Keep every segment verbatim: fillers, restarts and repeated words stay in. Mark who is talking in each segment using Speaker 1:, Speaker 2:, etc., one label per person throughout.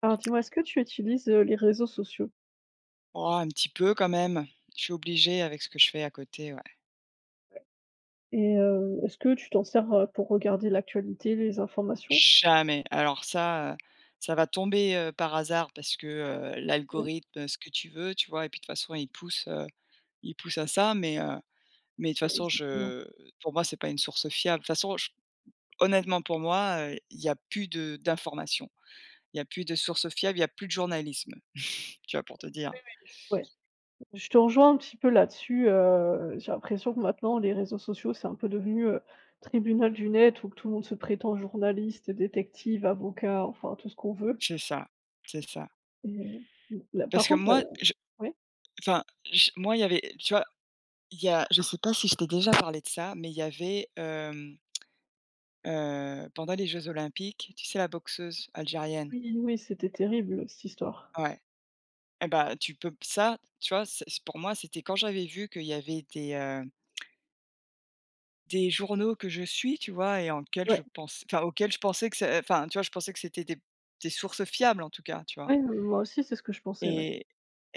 Speaker 1: Alors dis-moi, est-ce que tu utilises, heu, les réseaux sociaux?
Speaker 2: Oh, un petit peu quand même. Je suis obligée avec ce que je fais à côté, ouais.
Speaker 1: Et heu, est-ce que tu t'en sers, heu, pour regarder l'actualité, les informations?
Speaker 2: Jamais. Alors ça, heu, ça va tomber, heu, par hasard parce que, heu,
Speaker 1: Oui,
Speaker 2: l'algorithme, ce que tu veux, tu vois? Et puis de toute façon, il pousse, heu, il pousse à ça, mais, heu, mais de toute
Speaker 1: ouais,
Speaker 2: façon,
Speaker 1: exactement.
Speaker 2: je pour moi, c'est pas une source fiable. De toute façon, j honnêtement pour moi, heu, il y a plus de d'informations. Il y a plus de sources fiables, il y a plus de journalisme, tu vois? Pour te dire.
Speaker 1: Oui, oui. Ouais, je te rejoins un petit peu là-dessus, heu, j'ai l'impression que maintenant les réseaux sociaux, c'est un peu devenu, heu, tribunal du net où tout le monde se prétend journaliste, détective, avocat, enfin tout ce qu'on veut
Speaker 2: C'est ça, c'est ça.
Speaker 1: et heu, là
Speaker 2: Parce
Speaker 1: par
Speaker 2: que
Speaker 1: contre là
Speaker 2: moi, je
Speaker 1: ouais?
Speaker 2: enfin, j moi, il y avait tu vois? Il y a Je sais pas si je t'ai déjà parlé de ça, mais il y avait, hem, heu, pendant les jeux olympiques, tu sais la boxeuse algérienne?
Speaker 1: Oui, oui, c'était terrible cette histoire.
Speaker 2: Ouais, et ben tu peux ça, tu vois, c'est c'est- pour moi, c'était quand j'avais vu qu'il y avait des, heu, des journaux que je suis, tu vois? Et en quels je
Speaker 1: Ouais,
Speaker 2: pense enfin, auxquels je pensais que c'est enfin, tu vois, je pensais que c'était des des sources fiables en tout cas, tu vois?
Speaker 1: ouais, heu, moi aussi c'est ce que je pensais, ouais.
Speaker 2: Et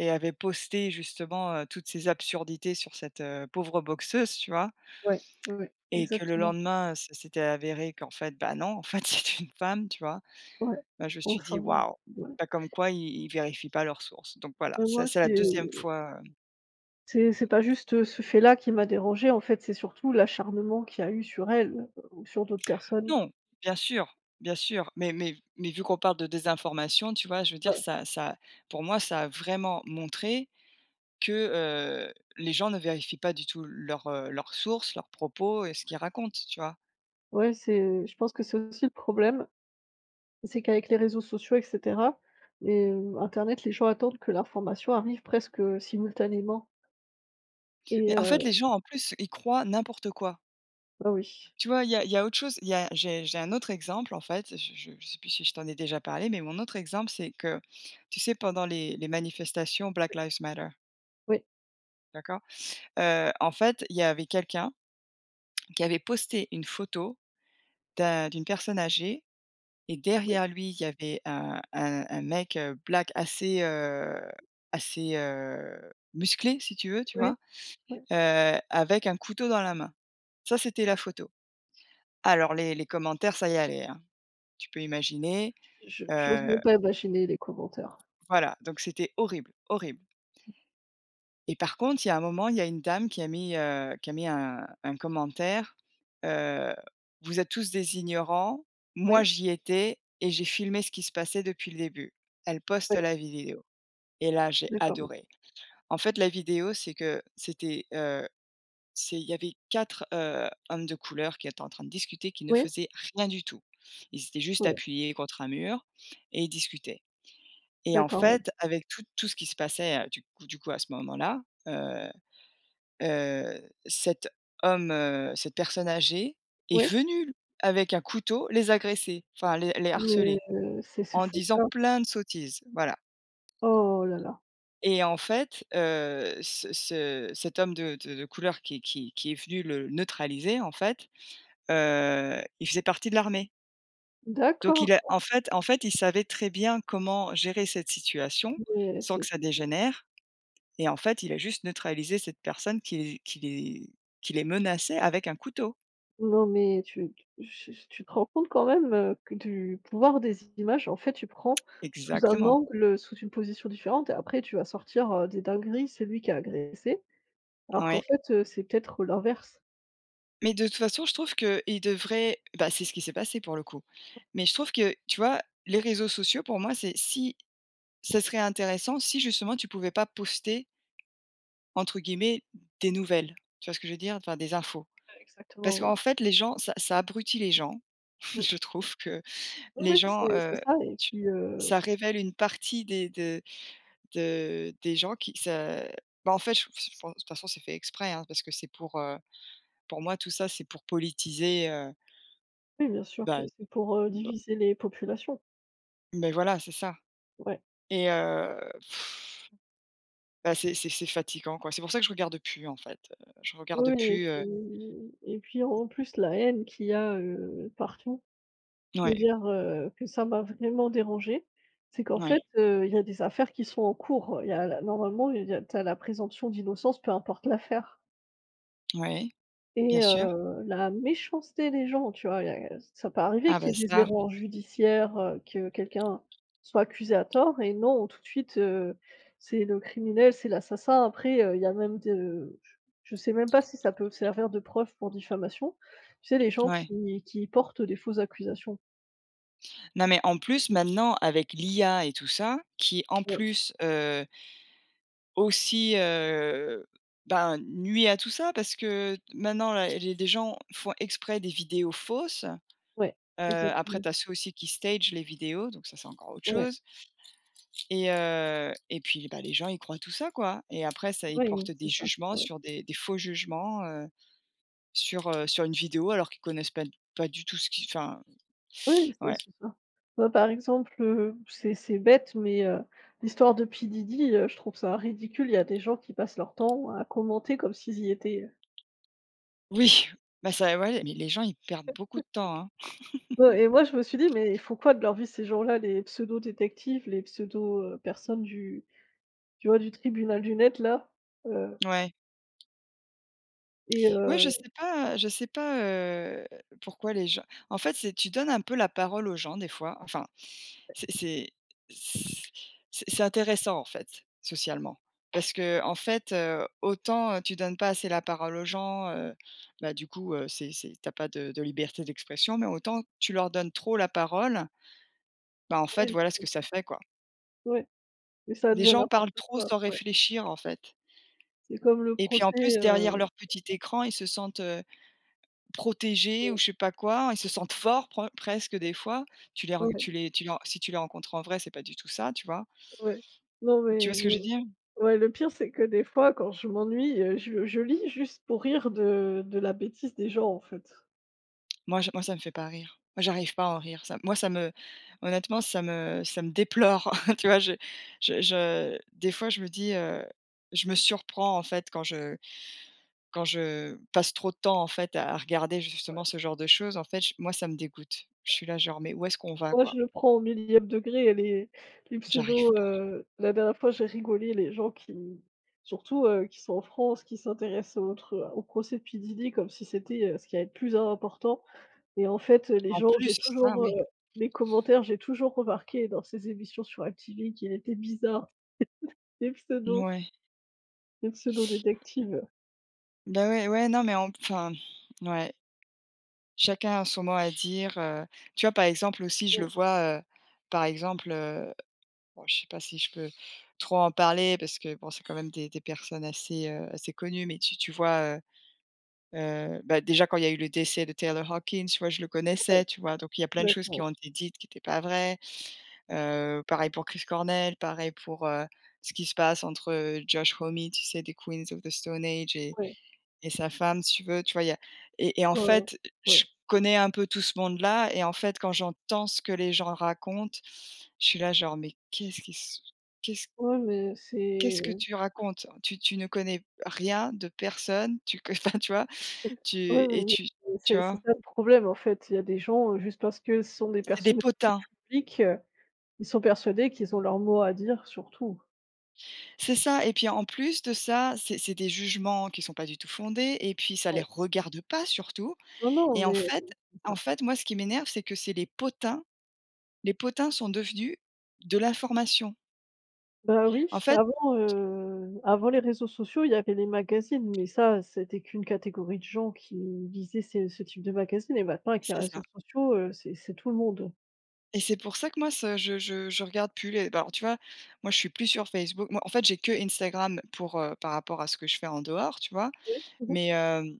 Speaker 2: et avait posté justement, heu, toutes ces absurdités sur cette, heu, pauvre boxeuse, tu vois?
Speaker 1: Ouais, ouais, ouais,
Speaker 2: Et que le
Speaker 1: exactement.
Speaker 2: lendemain, ça s'était avéré qu'en fait, bah, non, en fait, c'est une femme, tu vois?
Speaker 1: Ouais,
Speaker 2: Bah, je me suis dit:
Speaker 1: enfin,
Speaker 2: «Waouh!»
Speaker 1: ouais.
Speaker 2: Pas comme quoi ils ils vérifient pas leurs sources. Donc voilà,
Speaker 1: Heu,
Speaker 2: ça,
Speaker 1: moi,
Speaker 2: c'est la
Speaker 1: c'est
Speaker 2: deuxième fois, heu
Speaker 1: c'est c'est pas juste, heu, ce fait-là qui m'a dérangée, en fait, c'est surtout l'acharnement qu'il y a eu sur elle, euh, ou sur d'autres personnes.
Speaker 2: non, bien sûr, bien sûr, mais mais mais vu qu'on parle de désinformation, tu vois? Je veux dire
Speaker 1: Ouais,
Speaker 2: ça ça pour moi, ça a vraiment montré que, heu, les gens ne vérifient pas du tout leurs, heu, leurs sources, leurs propos et ce qu'ils racontent, tu vois?
Speaker 1: ouais, c'est je pense que c'est aussi le problème, c'est qu'avec les réseaux sociaux et cetera et heu, internet, les gens attendent que l'information arrive presque, heu, simultanément et
Speaker 2: Mais en fait, les
Speaker 1: heu,
Speaker 2: gens, en plus, ils croient n'importe quoi.
Speaker 1: bah, oui.
Speaker 2: Tu vois, il y a il y a autre chose, il y a j'ai j'ai un autre exemple en fait, je ne sais plus si je t'en ai déjà parlé, mais mon autre exemple, c'est que, tu sais, pendant les les manifestations Black Lives Matter,
Speaker 1: Oui,
Speaker 2: d'accord? Heu, en fait, il y avait quelqu'un qui avait posté une photo d'un d'une personne âgée et
Speaker 1: oui,
Speaker 2: derrière lui, il y avait un un un mec, heu, black assez, heu, assez, heu, musclé si tu veux, tu vois?
Speaker 1: oui, oui.
Speaker 2: Heu, avec un couteau dans la main. Ça, c'était la photo. Alors les les commentaires, ça y allait, hein. Tu peux imaginer.
Speaker 1: Je j'ose
Speaker 2: euh,
Speaker 1: même pas imaginer les commentaires.
Speaker 2: Voilà, donc c'était horrible, horrible et par contre, il y a un moment, il y a une dame qui a mis, heu, qui a mis un un commentaire, heu: «Vous êtes tous des ignorants, moi
Speaker 1: Oui,
Speaker 2: j'y étais et j'ai filmé ce qui se passait depuis le début». Elle poste
Speaker 1: oui,
Speaker 2: la vidéo et là, j'ai
Speaker 1: d'accord.
Speaker 2: adoré. En fait, la vidéo, c'est que c'était, heu, c'est il y avait quatre heu, hommes de couleur qui étaient en train de discuter, qui ne
Speaker 1: Oui,
Speaker 2: faisaient rien du tout. Ils étaient juste
Speaker 1: oui
Speaker 2: appuyés contre un mur et ils discutaient. Et en
Speaker 1: d'accord, oui.
Speaker 2: fait, avec tout tout ce qui se passait, heu, du coup du coup à ce moment-là, heu heu, cet homme, heu, cette personne âgée est
Speaker 1: Oui,
Speaker 2: venue avec un couteau les agresser, enfin les les
Speaker 1: mais
Speaker 2: harceler,
Speaker 1: heu, c'est c'est
Speaker 2: en
Speaker 1: fou
Speaker 2: disant
Speaker 1: ça.
Speaker 2: plein de sottises, voilà.
Speaker 1: Oh là là.
Speaker 2: Et en fait, heu, ce ce cet homme de de de couleur qui qui qui est venu le neutraliser en fait, heu, il faisait partie de l'armée. Donc
Speaker 1: D'accord.
Speaker 2: il a en fait en fait, il savait très bien comment gérer cette situation
Speaker 1: C'est
Speaker 2: sans
Speaker 1: c'est
Speaker 2: que ça
Speaker 1: c'est fou.
Speaker 2: dégénère. Et en fait, il a juste neutralisé cette personne qui les qui les qui les menaçait avec un couteau.
Speaker 1: Non, mais tu tu tu te rends compte quand même, heu, que du pouvoir des images, en fait, tu prends sous un
Speaker 2: Exactement,
Speaker 1: angle, sous une position différente et après tu vas sortir, heu, des dingueries, c'est lui qui a agressé, alors qu'en
Speaker 2: ouais.
Speaker 1: fait, heu, c'est peut-être l'inverse.
Speaker 2: Mais de toute façon, je trouve qu'il devrait bah, c'est ce qui s'est passé pour le coup. Mais je trouve que, tu vois, les réseaux sociaux pour moi, c'est si ça serait intéressant si justement tu pouvais pas poster entre guillemets «des nouvelles». Tu vois ce que je veux dire? Enfin des infos.
Speaker 1: Ouais, exactement,
Speaker 2: Parce
Speaker 1: ouais.
Speaker 2: qu'en fait les gens ça ça abrutit les gens.
Speaker 1: Mmh.
Speaker 2: Je trouve que
Speaker 1: Oui,
Speaker 2: les
Speaker 1: oui,
Speaker 2: gens,
Speaker 1: c'est c'est
Speaker 2: heu,
Speaker 1: ça et
Speaker 2: tu
Speaker 1: puis, heu,
Speaker 2: ça révèle une partie des de De des gens qui ça bah, en fait, je je pense de toute façon, c'est fait exprès, hein, parce que c'est pour, heu, pour moi, tout ça, c'est pour politiser, heu,
Speaker 1: oui, bien sûr,
Speaker 2: bah,
Speaker 1: ouais, c'est pour, heu,
Speaker 2: b
Speaker 1: diviser les populations.
Speaker 2: mais voilà, c'est ça
Speaker 1: Ouais.
Speaker 2: et heu, bah, c'est c'est c'est fatigant, quoi. C'est pour ça que je regarde plus, en fait, heu, je regarde
Speaker 1: Oui, oui et
Speaker 2: plus, heu
Speaker 1: puis et puis en plus la haine qu'il y a, heu, partout. Je veux
Speaker 2: ouais,
Speaker 1: dire, heu, que ça m'a vraiment dérangée, c'est qu'en
Speaker 2: ouais,
Speaker 1: fait, heu, il y a des affaires qui sont en cours. Il y a la normalement, il y a tu as la présomption d'innocence, peu importe l'affaire
Speaker 2: ouais, bien
Speaker 1: et
Speaker 2: sûr.
Speaker 1: heu, la méchanceté des gens, tu vois? Il y a ça peut arriver
Speaker 2: Ah
Speaker 1: qu'il
Speaker 2: bah,
Speaker 1: y ait des
Speaker 2: ça,
Speaker 1: erreurs judiciaires, heu, que quelqu'un soit accusé à tort et non, tout de suite, heu, c'est le criminel, c'est l'assassin. Après, heu, il y a même de je je sais même pas si ça peut servir de preuve pour diffamation. Tu sais, les gens
Speaker 2: ouais.
Speaker 1: qui qui portent des fausses accusations.
Speaker 2: Non, mais en plus, maintenant, avec l'I A et tout ça, qui en
Speaker 1: Ouais.
Speaker 2: plus, euh, aussi, heu, ben, nuit à tout ça parce que maintenant là, les les gens font exprès des vidéos fausses.
Speaker 1: Ouais,
Speaker 2: Heu, après
Speaker 1: exactement.
Speaker 2: tu as ceux aussi qui stage les vidéos, donc ça, c'est encore autre
Speaker 1: Ouais,
Speaker 2: chose et heu et puis, bah, les gens, ils croient tout ça, quoi et après ça, ils
Speaker 1: ouais, mmh,
Speaker 2: portent
Speaker 1: c'est
Speaker 2: des
Speaker 1: ça.
Speaker 2: jugements
Speaker 1: Ouais.
Speaker 2: sur des des faux jugements, heu, sur, heu, sur une vidéo alors qu'ils connaissent pas pas du tout ce qui enfin,
Speaker 1: Ouais, c'est
Speaker 2: ouais.
Speaker 1: c'est ça. Moi, par exemple, heu, c'est c'est bête, mais heu, l'histoire de P. Diddy, heu, je trouve ça ridicule. Il y a des gens qui passent leur temps à commenter comme s'ils y étaient,
Speaker 2: Oui, bah, ça ouais, mais les gens, ils perdent beaucoup de temps, hein.
Speaker 1: ouais et moi, je me suis dit: «Mais ils font quoi de leur vie ces gens-là, les pseudo-détectives, les pseudo, personnes du tu vois, du tribunal du net là?» heu
Speaker 2: Ouais.
Speaker 1: et
Speaker 2: Ouais, je
Speaker 1: heu
Speaker 2: sais pas, je sais pas, heu, pourquoi les gens en fait, c'est tu donnes un peu la parole aux gens des fois. Enfin, c'est c'est c'est c'est intéressant en fait, socialement. Parce que en fait, heu, autant, heu, tu donnes pas assez la parole aux gens, heu, bah, du coup, heu, c'est c'est tu pas de de liberté d'expression, mais autant tu leur donnes trop la parole, bah, en fait,
Speaker 1: ouais,
Speaker 2: voilà ce que ça fait, quoi.
Speaker 1: ouais et ça
Speaker 2: Les
Speaker 1: devient
Speaker 2: gens
Speaker 1: n'importe
Speaker 2: parlent trop
Speaker 1: quoi,
Speaker 2: sans
Speaker 1: ouais.
Speaker 2: réfléchir, en fait
Speaker 1: C'est comme le
Speaker 2: et puis en plus
Speaker 1: procès,
Speaker 2: derrière
Speaker 1: heu
Speaker 2: leur petit écran, ils se sentent protégés ou
Speaker 1: ouais,
Speaker 2: je sais pas quoi. Ils se sentent forts pre presque des fois. Tu les ren
Speaker 1: ouais,
Speaker 2: tu les tu les ren Si tu les rencontres en vrai, c'est pas du tout ça, tu vois?
Speaker 1: ouais. Non
Speaker 2: Tu vois
Speaker 1: mais
Speaker 2: ce que
Speaker 1: mais
Speaker 2: je veux dire?
Speaker 1: Ouais, le pire, c'est que des fois, quand je m'ennuie, heu, je je lis juste pour rire de de la bêtise des gens, en fait.
Speaker 2: Moi, j moi ça me fait pas rire. Moi, j'arrive pas à en rire. Ça moi, ça me honnêtement, ça me ça me déplore. Tu vois? Je je je des fois, je me dis, heu, je me surprends en fait quand je quand je passe trop de temps en fait à regarder justement ce genre de choses. En fait, j moi, ça me dégoûte. Je suis là genre: «Mais où est-ce qu'on va
Speaker 1: Moi,
Speaker 2: quoi?»
Speaker 1: je le prends au millième degré et les les
Speaker 2: J'arrive
Speaker 1: pseudos,
Speaker 2: pas.
Speaker 1: heu, la dernière fois, j'ai rigolé, les gens qui surtout, heu, qui sont en France, qui s'intéressent aux autres au procès de P. Diddy comme si c'était, heu, ce qui allait être plus important et en fait, heu, les
Speaker 2: En
Speaker 1: gens, j'ai
Speaker 2: plus, ça
Speaker 1: toujours, heu,
Speaker 2: oui.
Speaker 1: les commentaires, j'ai toujours remarqué dans ces émissions sur M T V qu'il était bizarre, les pseudos,
Speaker 2: Ouais.
Speaker 1: les pseudos détectives.
Speaker 2: Bah, ouais, ouais, non, mais en enfin, ouais, chacun a son mot à dire, heu, tu vois? Par exemple aussi, je le
Speaker 1: Mmh,
Speaker 2: vois, heu, par exemple, heu, bon, je sais pas si je peux trop en parler parce que bon, c'est quand même des des personnes assez, heu, assez connues, mais tu tu vois? Heu heu, bah, déjà quand il y a eu le décès de Taylor Hawkins, tu vois? Je le
Speaker 1: ouais,
Speaker 2: connaissais, tu vois? Donc il y a plein de choses qui
Speaker 1: d'accord,
Speaker 2: ont été dites qui étaient pas vraies. Heu, pareil pour Chris Cornell, pareil pour, heu, ce qui se passe entre, heu, Josh Homme, tu sais? Des Queens of the Stone Age et
Speaker 1: ouais.
Speaker 2: et sa femme, si tu veux, tu vois? Il y a et et En
Speaker 1: Ouais, ouais,
Speaker 2: fait,
Speaker 1: ouais.
Speaker 2: je connais un peu tout ce monde-là et en fait, quand j'entends ce que les gens racontent, je suis là genre: «Mais qu'est-ce qui se qu'est-ce
Speaker 1: Ouais, mais c'est
Speaker 2: qu'est-ce que tu racontes? Tu tu ne connais rien de personne, tu co» enfin, tu vois?
Speaker 1: ouais,
Speaker 2: Tu
Speaker 1: ouais,
Speaker 2: et tu
Speaker 1: mais
Speaker 2: Tu
Speaker 1: c'est c'est
Speaker 2: vois?
Speaker 1: ça le problème, en fait. Il y a des gens, heu, juste parce que ce sont des
Speaker 2: C'est des
Speaker 1: personnalités
Speaker 2: potins.
Speaker 1: publiques, heu, ils sont persuadés qu'ils ont leur mot à dire sur tout.
Speaker 2: C'est ça et puis en plus de ça, c'est c'est des jugements qui sont pas du tout fondés et puis ça les
Speaker 1: Ouais.
Speaker 2: regarde pas surtout
Speaker 1: Non, non,
Speaker 2: et en
Speaker 1: mais
Speaker 2: fait
Speaker 1: c'est
Speaker 2: en
Speaker 1: ça.
Speaker 2: fait, moi, ce qui m'énerve, c'est que c'est les potins les potins sont devenus de l'information.
Speaker 1: Bah, oui,
Speaker 2: En fait,
Speaker 1: avant, heu, avant les réseaux sociaux, il y avait les magazines, mais ça, c'était qu'une catégorie de gens qui lisaient ces ce type de magazines et maintenant avec les
Speaker 2: c'est ça
Speaker 1: réseaux sociaux, heu, c'est c'est tout le monde.
Speaker 2: et c'est pour ça que moi ce je je je regarde plus les bah, alors tu vois, moi je suis plus sur Facebook. Moi en fait, j'ai que Instagram pour, heu, par rapport à ce que je fais en dehors, tu vois?
Speaker 1: Oui? Mmh.
Speaker 2: Mais, hem,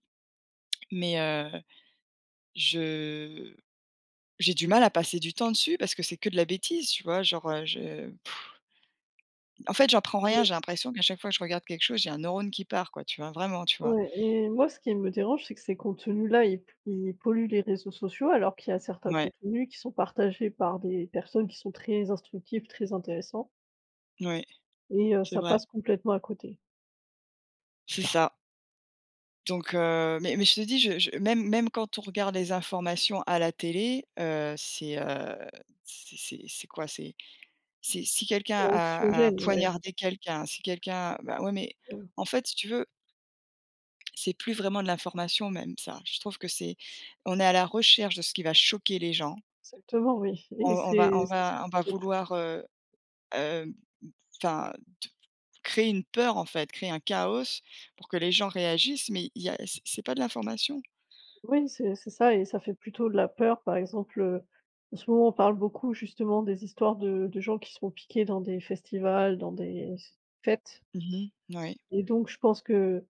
Speaker 2: mais, heu, je j'ai du mal à passer du temps dessus parce que c'est que de la bêtise, tu vois? Genre, heu, je pff, en fait, j'en prends rien,
Speaker 1: Oui.
Speaker 2: j'ai l'impression qu'à chaque fois que je regarde quelque chose, j'ai un neurone qui part quoi, tu vois? Vraiment, tu vois?
Speaker 1: Ouais et moi, ce qui me dérange, c'est que ces contenus-là, ils ils polluent les réseaux sociaux, alors qu'il y a certains
Speaker 2: Ouais,
Speaker 1: contenus qui sont partagés par des personnes qui sont très instructives, très intéressants
Speaker 2: ouais,
Speaker 1: et heu,
Speaker 2: c'est
Speaker 1: ça
Speaker 2: vrai,
Speaker 1: passe complètement à côté.
Speaker 2: c'est ça. Donc heu, mais mais je te dis, je je même même quand on regarde les informations à la télé, heu, c'est, heu, c'est c'est c'est quoi? C'est c'est si
Speaker 1: C'est
Speaker 2: quelqu'un a a
Speaker 1: anxiogène, ouais,
Speaker 2: poignardé quelqu'un, si quelqu'un bah, ouais, mais
Speaker 1: mmh,
Speaker 2: en fait, si tu veux, c'est plus vraiment de l'information même ça. Je trouve que c'est on est à la recherche de ce qui va choquer les gens.
Speaker 1: exactement, oui
Speaker 2: On
Speaker 1: et
Speaker 2: on va
Speaker 1: c'est
Speaker 2: on
Speaker 1: c'est
Speaker 2: va on va
Speaker 1: c'est toujours
Speaker 2: vouloir, heu, hem, enfin, t créer une peur, en fait, créer un chaos pour que les gens réagissent, mais il y a c'est c'est pas de l'information.
Speaker 1: oui, c'est c'est ça et ça fait plutôt de la peur. Par exemple, heu, en ce moment, on parle beaucoup, justement, des histoires de de gens qui sont piqués dans des festivals, dans des fêtes
Speaker 2: Mmh. Ouais.
Speaker 1: et donc je pense que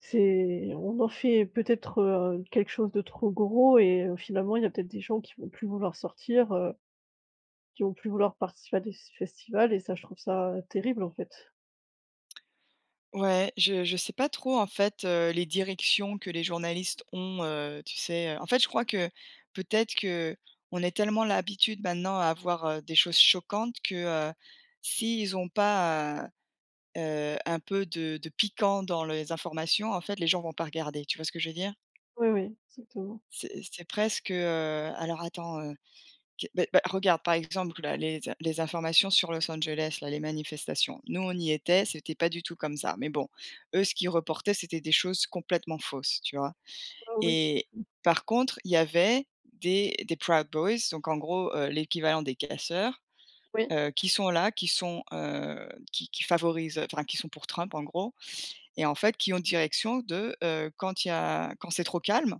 Speaker 1: c'est on en fait peut-être, heu, quelque chose de trop gros et heu, finalement, il y a peut-être des gens qui vont plus vouloir sortir, heu, qui vont plus vouloir participer à des s festivals et ça, je trouve ça terrible, en fait.
Speaker 2: Ouais, je je sais pas trop en fait, heu, les directions que les journalistes ont, heu, tu sais? Heu, en fait, je crois que peut-être que on est tellement l'habitude maintenant à avoir, heu, des choses choquantes que, heu, s'ils ont pas, heu heu, un peu de de piquant dans les informations, en fait, les gens vont pas regarder. Tu vois ce que je veux dire?
Speaker 1: Oui, oui, exactement.
Speaker 2: C'est c'est presque, heu, alors attends, Q beh bah, regarde, par exemple, là, les les informations sur Los Angeles, là, les manifestations. Nous, on y était, c'était pas du tout comme ça, mais bon, eux, ce qu'ils reportaient, c'était des choses complètement fausses, tu vois?
Speaker 1: Ah oui,
Speaker 2: Et par contre, il y avait des des Proud Boys, donc en gros, heu, l'équivalent des casseurs,
Speaker 1: oui,
Speaker 2: heu, qui sont là, qui sont, heu, qui qui favorisent, enfin, qui sont pour Trump, en gros, et en fait, qui ont direction de, heu, quand il y a quand c'est trop calme,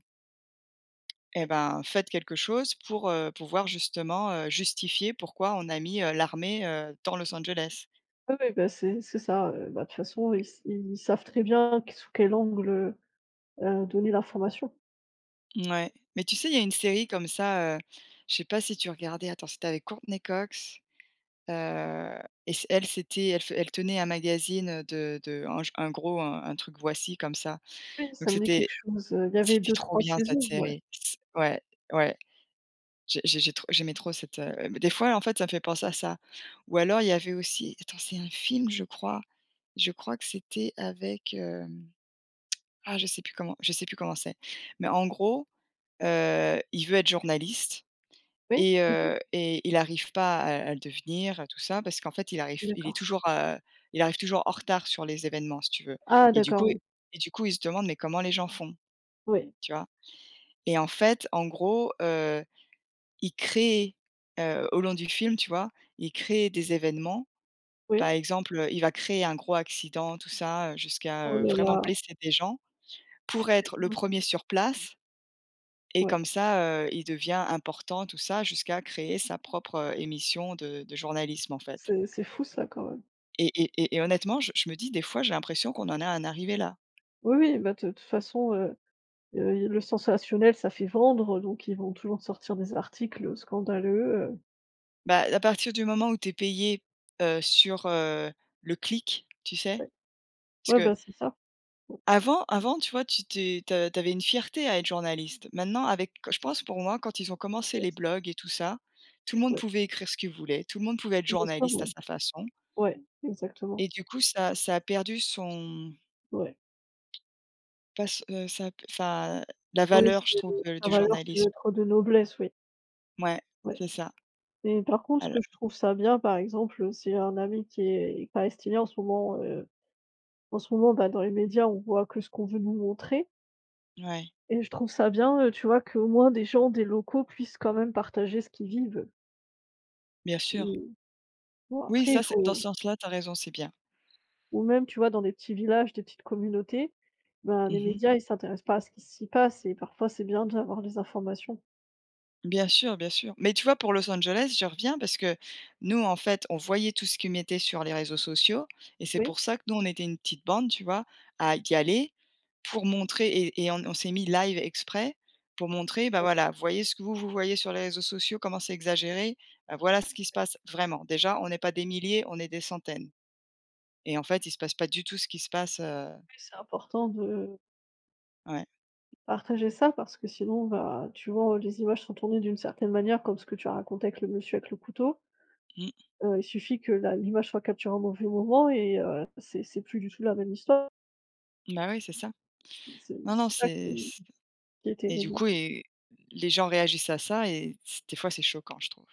Speaker 2: et
Speaker 1: oui.
Speaker 2: ben, faites quelque chose pour, heu, pouvoir justement, heu, justifier pourquoi on a mis, heu, l'armée, heu, dans Los Angeles.
Speaker 1: Oui, oui, bah, c'est c'est ça, heu, bah, de toute façon, ils s ils savent très bien q sous quel angle, heu donner l'information.
Speaker 2: Ouais mais tu sais, il y a une série comme ça, heu, je sais pas si tu regardais, attends, c'était avec Courtney Cox, heu et c elle, c'était elle f elle tenait un magazine, de de un j un gros un un truc Voici comme ça,
Speaker 1: Oui,
Speaker 2: donc
Speaker 1: ça me dit
Speaker 2: c'était
Speaker 1: quelque chose, heu, il y avait
Speaker 2: c'était
Speaker 1: deux
Speaker 2: trop
Speaker 1: trois
Speaker 2: bien cette
Speaker 1: saisons, ouais.
Speaker 2: série. C Ouais, ouais. J'ai j'ai j'ai trop j'aimais trop cette, heu, des fois, en fait, ça me fait penser à ça. Ou alors il y avait aussi, attends, c'est un film, je crois. Je crois que c'était avec, hem, ah, je sais plus comment je sais plus comment c'est. Mais en gros, heu, il veut être journaliste
Speaker 1: Oui?
Speaker 2: et
Speaker 1: Mmh.
Speaker 2: heu et il arrive pas à à le devenir, tout ça, parce qu'en fait, il arrive il est
Speaker 1: D'accord.
Speaker 2: toujours, heu, il arrive toujours en retard sur les événements, si tu veux.
Speaker 1: Ah
Speaker 2: Et du coup,
Speaker 1: d'accord, oui.
Speaker 2: et du coup, il se demande: «Mais comment les gens font?»
Speaker 1: Oui,
Speaker 2: Tu vois? Et en fait, en gros, heu il crée, heu, au long du film, tu vois? Il crée des événements. Par
Speaker 1: oui.
Speaker 2: exemple, heu, il va créer un gros accident, tout ça, heu, jusqu'à,
Speaker 1: Oh
Speaker 2: heu,
Speaker 1: là
Speaker 2: vraiment
Speaker 1: là,
Speaker 2: blesser des gens pour
Speaker 1: c'était
Speaker 2: être le premier sur place, et
Speaker 1: ouais.
Speaker 2: comme ça, heu, il devient important, tout ça, jusqu'à créer sa propre, heu, émission de de journalisme, en fait.
Speaker 1: C'est c'est fou ça quand même.
Speaker 2: Et et et et honnêtement, je je me dis des fois, j'ai l'impression qu'on en est en arrivé là.
Speaker 1: Oui, oui, bah, de toute façon, heu heu, le sensationnel, ça fait vendre, donc ils vont toujours sortir des articles, scandaleux, heu,
Speaker 2: Bah, à partir du moment où tu es payé, heu, sur, heu, le clic, tu sais?
Speaker 1: ouais.
Speaker 2: Parce
Speaker 1: Ouais,
Speaker 2: que
Speaker 1: bah, c'est ça. Ouais,
Speaker 2: avant, avant, tu vois, tu t'es tu a une fierté à être journaliste. Maintenant, avec, je pense, pour moi, quand ils ont commencé
Speaker 1: ouais,
Speaker 2: les blogs et tout ça, tout le monde
Speaker 1: ouais,
Speaker 2: pouvait écrire ce qu'il voulait, tout le monde pouvait être
Speaker 1: bien sûr,
Speaker 2: journaliste à
Speaker 1: ouais.
Speaker 2: sa façon,
Speaker 1: Ouais, exactement.
Speaker 2: et du coup, ça ça a perdu son
Speaker 1: Ouais.
Speaker 2: pas s heu, ça a p enfin, la
Speaker 1: Oui,
Speaker 2: valeur, je
Speaker 1: c'est
Speaker 2: trouve, heu,
Speaker 1: sa
Speaker 2: du
Speaker 1: valeur, c'est
Speaker 2: journalisme.
Speaker 1: d'être de noblesse, oui.
Speaker 2: Ouais,
Speaker 1: Ouais
Speaker 2: c'est ça.
Speaker 1: et par contre, ce
Speaker 2: Al
Speaker 1: que je trouve ça bien, par exemple, c'est un ami qui est palestinien en ce moment, heu, en ce moment, bah, dans les médias, on voit que ce qu'on veut nous montrer.
Speaker 2: ouais,
Speaker 1: Et je trouve ça bien, heu, tu vois, qu'au moins des gens, des locaux puissent quand même partager ce qu'ils vivent.
Speaker 2: bien sûr.
Speaker 1: Ou bon
Speaker 2: Oui,
Speaker 1: après il
Speaker 2: ça, c'est dans ce
Speaker 1: faut
Speaker 2: sens-là, tu as raison, c'est bien.
Speaker 1: ou même tu vois dans des petits villages, des petites communautés, ben, les
Speaker 2: Mmh.
Speaker 1: médias ils s'intéressent pas à ce qui s'y passe et parfois c'est bien d'avoir des informations.
Speaker 2: Bien sûr, bien sûr. Mais tu vois, pour Los Angeles, je reviens parce que nous, en fait, on voyait tout ce qu'ils mettaient sur les réseaux sociaux, et c'est
Speaker 1: Oui, oui,
Speaker 2: pour ça que nous, on était une petite bande, tu vois, à y aller pour montrer, et, et on, on s'est mis live exprès pour montrer, bah voilà, voyez ce que vous, vous voyez sur les réseaux sociaux, comment c'est exagéré, bah voilà ce qui se passe vraiment. Déjà, on n'est pas des milliers, on est des centaines. Et en fait, il se passe pas du tout ce qui se passe. Euh,
Speaker 1: c'est important de
Speaker 2: ouais.
Speaker 1: partager ça parce que sinon, bah, tu vois, les images sont tournées d'une certaine manière comme ce que tu as raconté avec le monsieur avec le couteau.
Speaker 2: Mm.
Speaker 1: Heu, il suffit que la l'image soit capturée au mauvais moment et heu, c'est c'est plus du tout la même histoire.
Speaker 2: Bah oui, c'est ça.
Speaker 1: C'est
Speaker 2: Non, non,
Speaker 1: c'est ça
Speaker 2: c'est.
Speaker 1: qui qui est
Speaker 2: Et du
Speaker 1: terrible
Speaker 2: coup et les gens réagissent à ça et c des fois c'est choquant, je trouve.